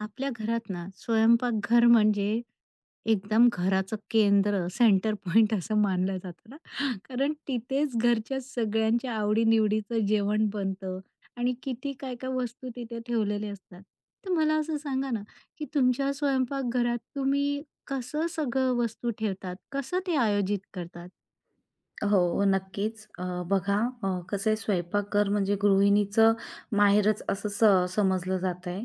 आपल्या घरात ना स्वयंपाकघर म्हणजे एकदम घराचं केंद्र, सेंटर पॉइंट असं मानलं जातं ना. कारण तिथेच घरच्या सगळ्यांच्या आवडी-निवडीचं जेवण बनतं आणि किती काय-काय वस्तू तिथे ठेवलेल्या असतात. तर मला असं सांगा ना, की तुमच्या स्वयंपाकघरात तुम्ही कसं सगळं वस्तू ठेवतात? कसं ते आयोजित करतात? हो, नक्कीच. बघा कसं आहे स्वयंपाकघर म्हणजे गृहिणीचं माहेरच असं समजलं जात आहे.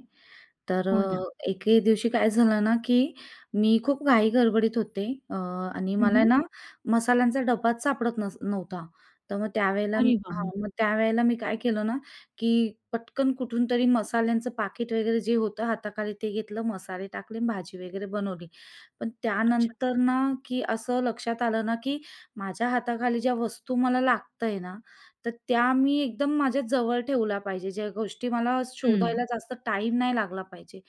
तर हो ना. एके दिवशी काय झालं ना, की मी खूप घाई-गडबडीत होते आणि मला हं. ना मसाल्यांचा डब्बाच सापडत नव्हता. तर मग त्यावेळेला अरे हां, वाह! मग त्यावेळेला मी काय केलं ना, की पटकन कुठून तरी मसाल्यांचं पाकीट वगैरे जे होतं हाताखाली ते घेतलं, मसाले टाकले भाजी वगैरे बनवली. पण अच्छा. त्यानंतर ना, की असं लक्षात आलं ना, की माझ्या हाताखाली ज्या वस्तू मला लागतंय ना, तर त्या मी एकदम माझ्या जवळ ठेवल्या पाहिजे. ज्या गोष्टी मला हं. शोधायला जास्त टाईम नाही लागला पाहिजे.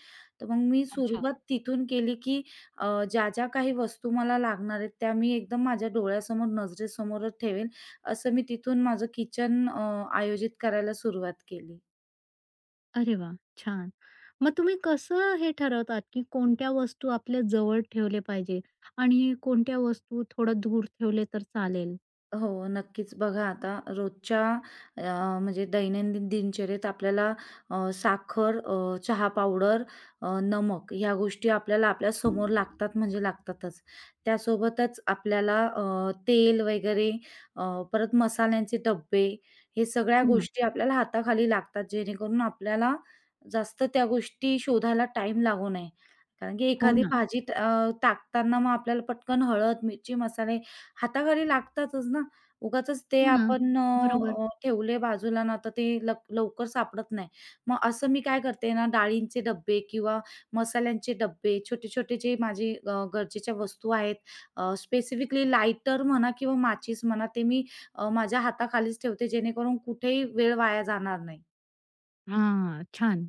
तर मग मी सुरुवात तिथून केली, की अ, ज्या-ज्या काही वस्तू मला लागणार आहेत, त्या मी एकदम माझ्या डोळ्यासमोर, नजरेसमोरच ठेवेन. असं मी तिथून माझं किचन आयोजित करायला सुरुवात केली. अरे वा, छान. मग तुम्ही कसं हे ठरवतात, की कोणत्या वस्तू आपल्या जवळ ठेवले पाहिजे आणि कोणत्या वस्तू थोडं दूर ठेवले तर चालेल? हो, नक्कीच. बघा आता रोजच्या अ, म्हणजे दैनंदिन दिनचर्येत आपल्याला साखर, चहा पावडर, नमक ह्या गोष्टी आपल्याला आपल्या समोर लागतात म्हणजे लागतातच. त्यासोबतच आपल्याला तेल वगैरे अ, परत मसाल्यांचे डब्बे हे सगळ्या हं. गोष्टी आपल्याला हाताखाली लागतात, जेणेकरून आपल्याला जास्त त्या गोष्टी शोधायला टाईम लागू नये. कारण की हो एखादी ना. भाजी टाकताना मग आपल्याला पटकन हळद, मिरची, मसाले हाताखाली लागतातच ना. उगाचच ते हो ना. आपण अ, बरोबर. अ, ठेवले बाजूला ना, तर ते लवकर सापडत नाही. मग असं मी काय करते ना, डाळींचे डब्बे किंवा मसाल्यांचे डब्बे, छोटे-छोटे जे माझे गरजेच्या वस्तू आहेत, स्पेसिफिकली लायटर म्हणा किंवा माचीस म्हणा, ते मी माझ्या हाताखालीच ठेवते, जेणेकरून कुठेही वेळ वाया जाणार नाही. हां, छान.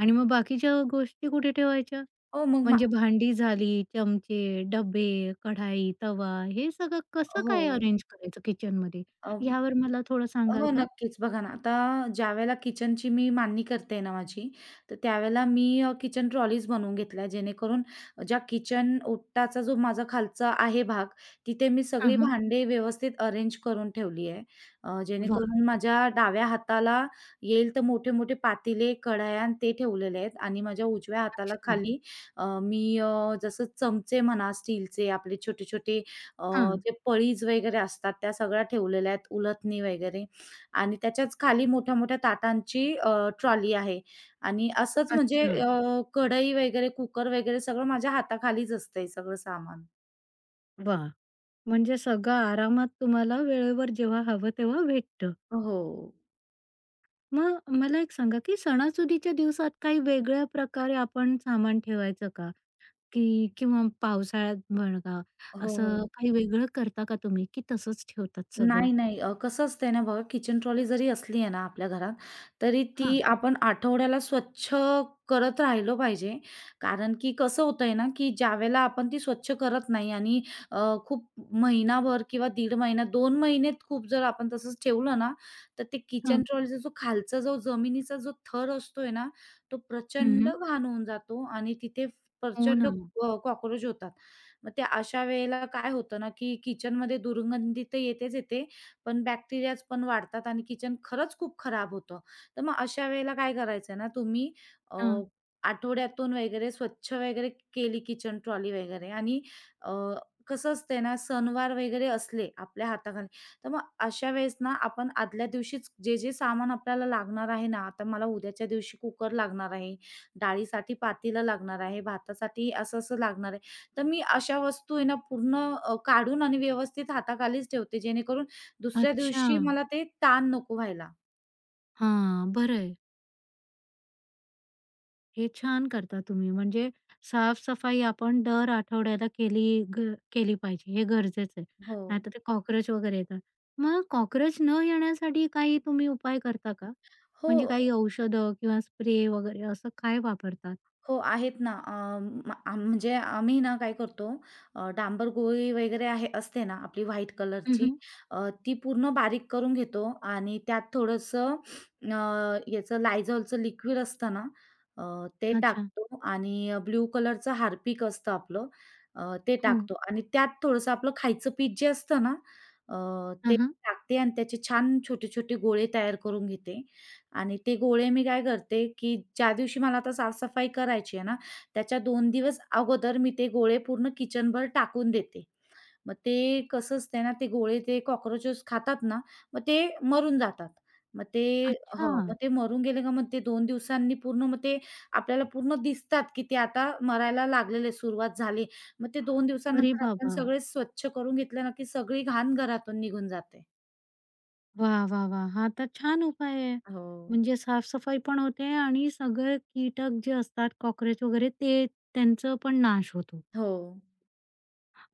आणि मग बाकीच्या गोष्टी कुठे ठेवायच्या? हो, मग मा म्हणजे भांडी झाली, चमचे, डब्बे, कढाई, तवा हे सगळं कसं काय हो. अरेंज करायचं किचनमध्ये? यावर मला थोडं सांगाल हो, का? नक्कीच. बघा ना, आता ज्यावेळेला किचनची मी मांडणी करते ना माझी, तर त्यावेळेला मी किचन ट्रॉलीज बनवून घेतल्या, जेणेकरून ज्या किचन ओटाचा जो माझा खालचा आहे भाग, तिथे मी हां, सगळी हां. भांडे व्यवस्थित अरेंज करून ठेवली आहे. वाह! जेणेकरून माझ्या डाव्या हाताला येईल तर मोठे-मोठे पातेले, कढया अन् ते ठेवलेले आहेत आणि माझ्या उजव्या हाताला अच्छा. खाली मी जसं चमचे म्हणा स्टीलचे, आपले छोटे-छोटे अ, हां. जे पळीज वगैरे असतात, त्या सगळ्या ठेवलेल्या आहेत, उलथणी वगैरे. आणि त्याच्याच खाली मोठ्या-मोठ्या ताटांची ट्रॉली आहे आणि असंच म्हणजे अच्छा. कढई वगैरे, कुकर वगैरे सगळं माझ्या हाताखालीच असतंय सगळं सामान. वाह! म्हणजे सगळं आरामात तुम्हाला वेळेवर जेव्हा हवं तेव्हा भेटतं. हो. मग मला एक सांगा, की सणासुदीच्या दिवसात काही वेगळ्या प्रकारे आपण सामान ठेवायचं का? की किंवा पावसाळ्यात बघा, हो, असं हो. काही वेगळं करता का तुम्ही, की तसंच ठेवतात सगळं? नाही, नाही. कसं असतंय ना बघा, किचन ट्रॉली जरी असली आहे ना आपल्या घरात, तरी हां, ती आपण आठवड्याला स्वच्छ करत राहिलो पाहिजे. कारण की कसं होतंय ना, की ज्यावेळेला आपण ती स्वच्छ करत नाही आणि अ, खूप महिनाभर किंवा दीड महिना, दोन महिनेत खूप जर आपण तसंच ठेवलं ना, तर ते किचन हां. ट्रॉलीचा जो खालचा जो जमिनीचा जो थर असतोय ना, तो प्रचंड हं, घाण होऊन जातो आणि तिथे हो प्रचंड ना. होतात. मग त्या अशा वेळेला काय होतं ना, की किचनमध्ये दुर्गंधी तर येतेच येते, पण बॅक्टेरियाज पण वाढतात आणि किचन खरंच खूप खराब होतं. तर मग अशा वेळेला काय करायचं ना तुम्ही अ, हां. आठवड्यातून वगैरे स्वच्छ वगैरे केली किचन ट्रॉली वगैरे आणि अ, कसं असतंय ना सणवार वगैरे असले आपल्या हाताखाली, तर मग अशा वेळेस ना आपण आदल्या दिवशीच जे-जे सामान आपल्याला लागणार आहे ना, आता मला उद्याच्या दिवशी कुकर लागणार आहे, डाळीसाठी पातेलं लागणार आहे, भातासाठी असं-असं लागणार आहे. तर मी अशा वस्तू आहे ना पूर्ण काढून आणि व्यवस्थित हाताखालीच ठेवते जेणेकरून दुसऱ्या अच्छा. दिवशी मला ते ताण नको व्हायला. हां, बरं, हे छान करता तुम्ही. म्हणजे साफ-सफाई आपण दर आठवड्याला ग केली पाहिजे. हे गरजेचं आहे. हो. नाहीतर ते कॉकरोच वगैरे येतात. मग कॉकरोच न येण्यासाठी काही तुम्ही उपाय करता का? हो. म्हणजे काही औषधं किंवा स्प्रे वगैरे असं काय वापरतात? हो, आहेत ना. अ, म आ म्हणजे आम्ही ना काय करतो डांबर गोळी वगैरे आहे असते ना आपली व्हाईट कलरची हं. ती पूर्ण बारीक करून घेतो आणि त्यात थोडंसं अ, याचं Lysolचं लिक्विड असतं ना अ, ते अच्छा. टाकतो आणि ब्ल्यू कलरचं हार्पिक असतं आपलं ते हो. टाकतो आणि त्यात थोडंसं आपलं खायचं पीठ जे असतं ना ते हां, टाकते आणि त्याचे छान छोटे-छोटे गोळे तयार करून घेते आणि ते गोळे मी काय करते, की ज्या दिवशी मला आता साफ-सफाई करायची आहे ना, त्याच्या दोन दिवस अगोदर मी ते गोळे पूर्ण किचनभर टाकून देते. मग ते कसं असतंय ना, ते गोळे ते कॉकरोचेस खातात ना, मग ते मरून जातात. मग ते अच्छा. हो, मग ते मरून गेले का मग ते 2 दिवसांनी पूर्ण मग ते आपल्याला पूर्ण दिसतात, की ते आता मरायला लागलेले, सुरुवात झाली. मग ते 2 अरे दिवसानंतर आपण बाबा! सगळे स्वच्छ करून घेतलं ना, की सगळी घाण घरातून निघून जाते. वाह, वाह, वाह! हा तर छान उपाय आहे. हो. म्हणजे साफ पण होते आणि सगळे कीटक जे असतात, कॉकरोच वगैरे ते त्यांचं पण नाश होतो. हो.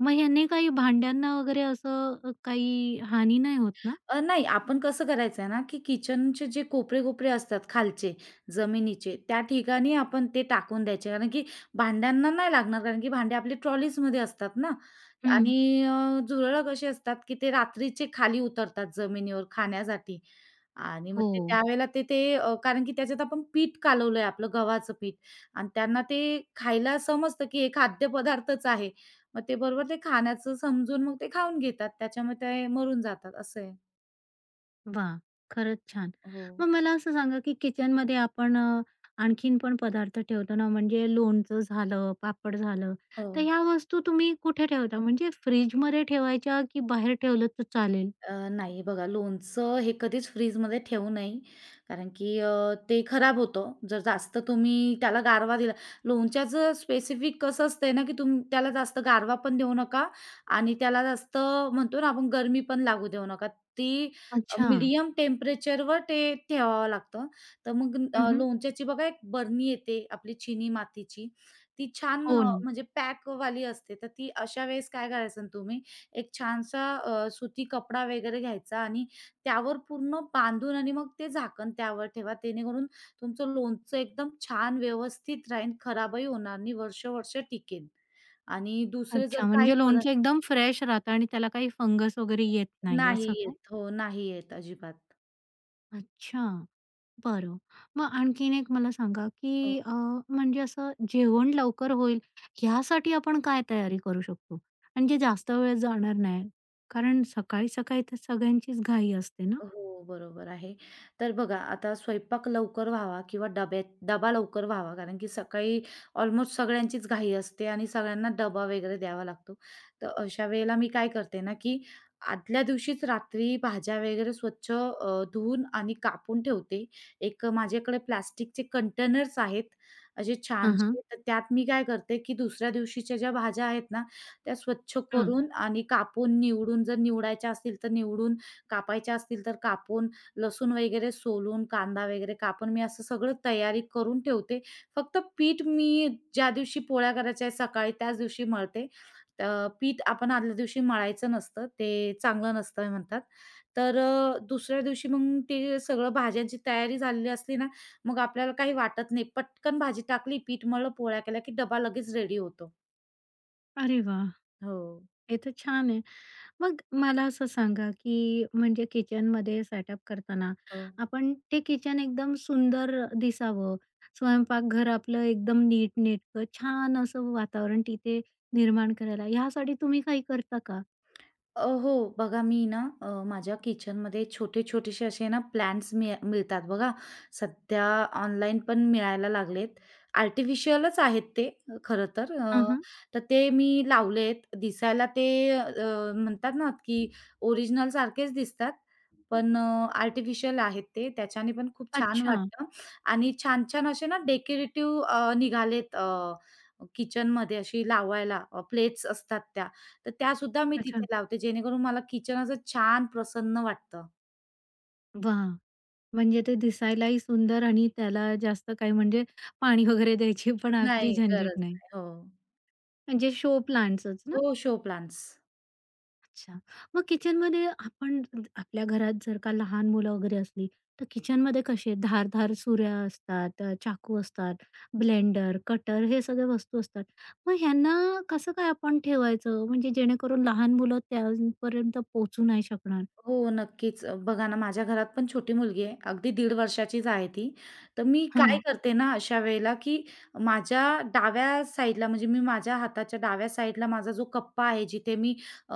मग ह्याने काही भांड्यांना वगैरे असं काही हानी नाही होत ना? नाही, आपण कसं करायचं आहे ना, की किचनचे जे कोपरे-कोपरे असतात खालचे, जमिनीचे, त्या ठिकाणी आपण ते टाकून द्यायचे. कारण की भांड्यांना नाही लागणार, कारण की भांडे आपले ट्रॉलीजमध्ये असतात ना हं. आणि झुरळं कशी असतात, की ते रात्रीचे खाली उतरतात जमिनीवर खाण्यासाठी आणि मग हो. ते त्यावेळेला ते ते अ, कारण की त्याच्यात आपण पीठ कालवलंय आपलं गव्हाचं पीठ आणि त्यांना ते खायला समजतं, की हे खाद्यपदार्थच आहे. मग ते बरोबर ते खाण्याचं समजून मग ते खाऊन घेतात. त्याच्यामुळे ते मरून जातात, असं आहे. वाह! खरंच छान. हो, मग मला असं सांगा, की किचनमध्ये आपण आणखीन पण पदार्थ ठेवतो ना, म्हणजे लोणचं झालं, पापड झालं, हो. तर ह्या वस्तू तुम्ही कुठे ठेवता? म्हणजे फ्रिजमध्ये ठेवायच्या की बाहेर ठेवलं तर चालेल? नाही बघा लोणचं हे कधीच फ्रीजमध्ये ठेवू नये. कारण की ते खराब होतं. जर जास्त तुम्ही त्याला गारवा दिला लोणच्याचं स्पेसिफिक कसं असतंय ना, की तुम्ही त्याला जास्त गारवा पण देऊ नका आणि त्याला जास्त म्हणतो ना आपण गरमी पण लागू देऊ नका. ती अ, अच्छा. टेम्परेचरवर ते ठेवावं लागतं. तर मग हं, हं. लोणच्याची बघा एक बरणी येते आपली चिनी मातीची. ती छान हो ना. म्हणजे पॅकवाली असते. तर ती अशा वेळेस काय करायचं ना तुम्ही एक छानसा सुती कपडा वगैरे घ्यायचा आणि त्यावर पूर्ण बांधून आणि मग ते झाकण त्यावर ठेवा. जेणेकरून तुमचं लोणचं एकदम छान व्यवस्थित राहील, खराबही होणार नाही, वर्ष-वर्ष टिकेल. आणि दुसरे अच्छा, जर काही म्हणजे पदार्थ लोणचं एकदम फ्रेश राहतं आणि त्याला काही फंगस वगैरे येत नाही, नाही असं का? येत. हो, नाही येत अजिबात. अच्छा. बरं. मग आणखीन एक मला सांगा, हो. की म्हणजे असं जेवण लवकर होईल ह्यासाठी आपण काय तयारी करू शकतो? आणि जे जास्त वेळ जाणार नाही. कारण सकाळी-सकाळी तर सगळ्यांचीच घाई असते ना? हो, बरोबर आहे. तर बघा आता स्वयंपाक लवकर व्हावा किंवा डब्यात डबा लवकर व्हावा कारण की सकाळी ऑलमोस्ट सगळ्यांचीच घाई असते आणि सगळ्यांना डबा वगैरे द्यावा लागतो. तर अशा वेळेला मी काय करते ना, की आदल्या दिवशीच रात्री भाज्या वगैरे स्वच्छ धुवून आणि कापून ठेवते. एक माझ्याकडे प्लास्टिकचे कंटेनर्स आहेत, असे हां, हां. छानसे. तर त्यात मी काय करते, की दुसऱ्या दिवशीच्या ज्या भाज्या आहेत ना, त्या स्वच्छ हां. करून आणि कापून, निवडून जर निवडायच्या असतील तर निवडून कापायच्या असतील तर कापून, लसूण वगैरे सोलून, कांदा वगैरे कापून मी असं सगळं तयारी करून ठेवते. फक्त पीठ मी ज्या दिवशी पोळ्या करायच्या आहेत सकाळी त्याच दिवशी मळते. अ, पीठ आपण आदल्या दिवशी मळायचं नसतं, ते चांगलं नसतं म्हणतात. तर दुसऱ्या दिवशी मग ते सगळं भाज्यांची तयारी झालेली असली ना, मग आपल्याला काही वाटत नाही. पटकन भाजी टाकली, पीठ मळलं, पोळ्या केल्या की डबा लगेच रेडी होतो. अरे वाह! हो. हे तर छान आहे. मग मला असं सांगा, की म्हणजे किचनमध्ये सेटअप करताना हो. आपण ते किचन एकदम सुंदर दिसावं, स्वयंपाकघर आपलं एकदम नीटनेटकं छान असं वातावरण तिथे निर्माण करायला, ह्यासाठी तुम्ही काही करता का? हो. बघा मी ना माझ्या किचनमध्ये छोटे-छोटेसे असे ना प्लांट्स मिळतात बघा. सध्या ऑनलाईन पण मिळायला लागलेत. आर्टिफिशियलच आहेत ते खरं तर. हं, हं. तर ते मी लावलेत. दिसायला ते अ, म्हणतात ना की ओरिजिनल सारखेच दिसतात. पण आर्टिफिशियल आहेत ते. त्याच्याने पण खूप छान अच्छा, वाटतं आणि छान-छान असे ना डेकोरेटिव्ह निघालेत किचनमध्ये अशी लावायला प्लेट्स असतात त्या. तर त्या त्यासुद्धा मी अच्छा. तिथे लावते जेणेकरून मला किचन असं छान प्रसन्न वाटतं. वाह! म्हणजे ते दिसायलाही सुंदर आणि त्याला जास्त काही म्हणजे पाणी वगैरे द्यायची पण आपली नाही, झंझट गरज नाही. नाही. हो. म्हणजे शो प्लांट्सच ना? हो, शो प्लांट्स. अच्छा. मग किचनमध्ये आपण आपल्या घरात जर का लहान मुलं वगैरे असली, तर किचनमध्ये कसे धारदार सुऱ्या असतात, चाकू असतात, ब्लेंडर, कटर हे सगळ्या वस्तू असतात. मग ह्यांना कसं काय आपण ठेवायचं? म्हणजे जेणेकरून लहान मुलं त्यांपर्यंत पोहोचू नाही शकणार? हो, नक्कीच. बघा ना, माझ्या घरात पण छोटी मुलगी आहे. अगदी दीड वर्षाचीच आहे ती. तर मी काय हां, करते ना अशा वेळेला, की माझ्या डाव्या साईडला म्हणजे मी माझ्या हाताच्या डाव्या साईडला माझा जो कप्पा आहे, जिथे मी अ,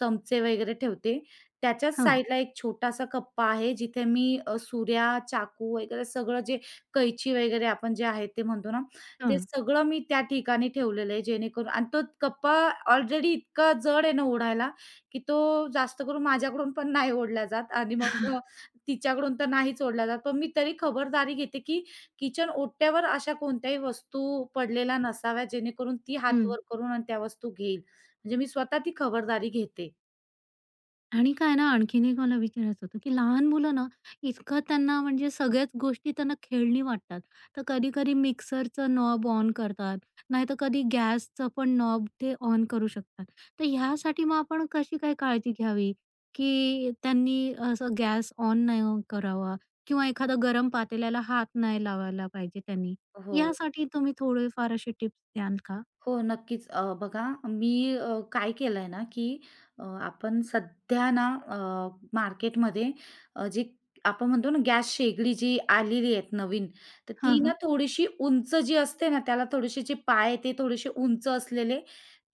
चमचे वगैरे ठेवते, त्याच्याच हां. साईडला एक छोटासा कप्पा आहे, जिथे मी सुऱ्या, चाकू वगैरे सगळं जे कैची वगैरे आपण जे आहे ते म्हणतो ना, ते हां, सगळं मी त्या ठिकाणी ठेवलेलं आहे. जेणेकरून आणि तो कप्पा ऑलरेडी इतका जड आहे ना ओढायला, की तो जास्त करून माझ्याकडून पण नाही ओढला जात आणि मग तिच्याकडून तर नाहीच ओढला जात. पण मी तरी खबरदारी घेते, की किचन ओट्यावर अशा कोणत्याही वस्तू पडलेल्या नसाव्या, जेणेकरून ती हात हं. वर करून आणि त्या वस्तू घेईल. म्हणजे मी स्वतः ती खबरदारी घेते. आणि काय ना, आणखीन एक मला विचारायचं होतं, की लहान मुलं ना, इतकं त्यांना म्हणजे सगळ्याच गोष्टी त्यांना खेळणी वाटतात. तर कधी-कधी मिक्सरचं नॉब ऑन करतात, नाहीतर कधी गॅसचं पण नॉब ते ऑन करू शकतात. तर ह्यासाठी मग आपण कशी काय काळजी घ्यावी, की त्यांनी असं गॅस ऑन नाही ऑन करावा किंवा एखादा गरम पातेल्याला हात नाही लावायला पाहिजे त्यांनी. हो. यासाठी तुम्ही थोडेफार असे टिप्स द्याल का? हो, नक्कीच. बघा मी काय केलंय ना, की आपण सध्या ना मार्केटमध्ये जी आपण म्हणतो ना गॅस शेगडी जी आलेली आहेत नवीन, तर ती हां, ना हां. थोडीशी उंच जी असते ना, त्याला थोडेसे जे पाय आहे ते थोडेसे उंच असलेले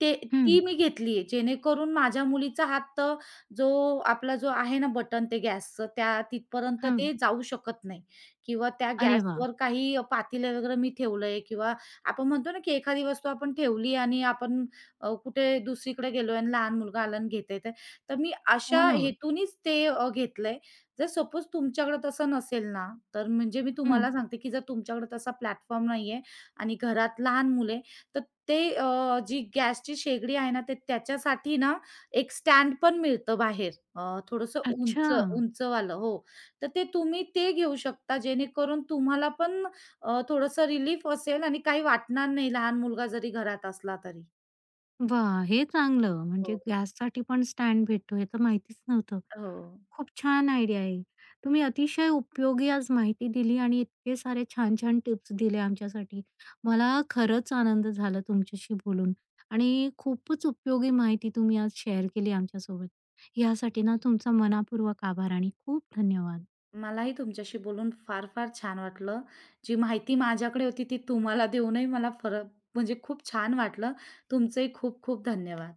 ते हं, ती मी घेतलीये. जेणेकरून माझ्या मुलीचा हात जो आपला जो आहे ना बटन ते गॅसचं त्या तिथपर्यंत हं. ते जाऊ शकत नाही किंवा त्या अरे वाह! गॅसवर काही पातेले वगैरे मी ठेवलंय किंवा आपण म्हणतो ना की एखादी वस्तू आपण ठेवली आणि आपण कुठे दुसरीकडे गेलोय आणि लहान मुलगा आला आणि घेतंय ते. तर मी हो अशा ना. हेतूनीच ते घेतलंय. जर सपोज तुमच्याकडे तसं नसेल ना, तर म्हणजे मी हं. तुम्हाला सांगते की जर तुमच्याकडे तसा प्लॅटफॉर्म नाहीये आणि घरात लहान मुलं तर ते जी गॅसची शेगडी आहे ना, ते त्याच्यासाठी ना एक स्टँड पण मिळतं बाहेर अ, थोडंसं अच्छा. उंच, उंचवालं हो. तर ते तुम्ही ते घेऊ शकता जेणेकरून तुम्हाला पण थोडंसं रिलीफ असेल आणि काही वाटणार नाही लहान मुलगा जरी घरात असला तरी. वाह! हे चांगलं. म्हणजे हो. गॅससाठी पण स्टँड भेटतो हे तर माहितीच नव्हतं. हो. खूप छान आयडिया आहे. तुम्ही अतिशय उपयोगी आज माहिती दिली आणि इतके सारे छान-छान टिप्स दिल्या आमच्यासाठी. मला खरंच आनंद झाला तुमच्याशी बोलून आणि खूपच उपयोगी माहिती तुम्ही आज शेअर केली आमच्यासोबत. यासाठी ना तुमचा मनापूर्वक आभार आणि खूप धन्यवाद. मलाही तुमच्याशी बोलून फार, फार छान वाटलं. जी माहिती माझ्याकडे होती ती तुम्हाला देऊनही मला फरक म्हणजे खूप छान वाटलं. तुमचेही खूप खूप धन्यवाद.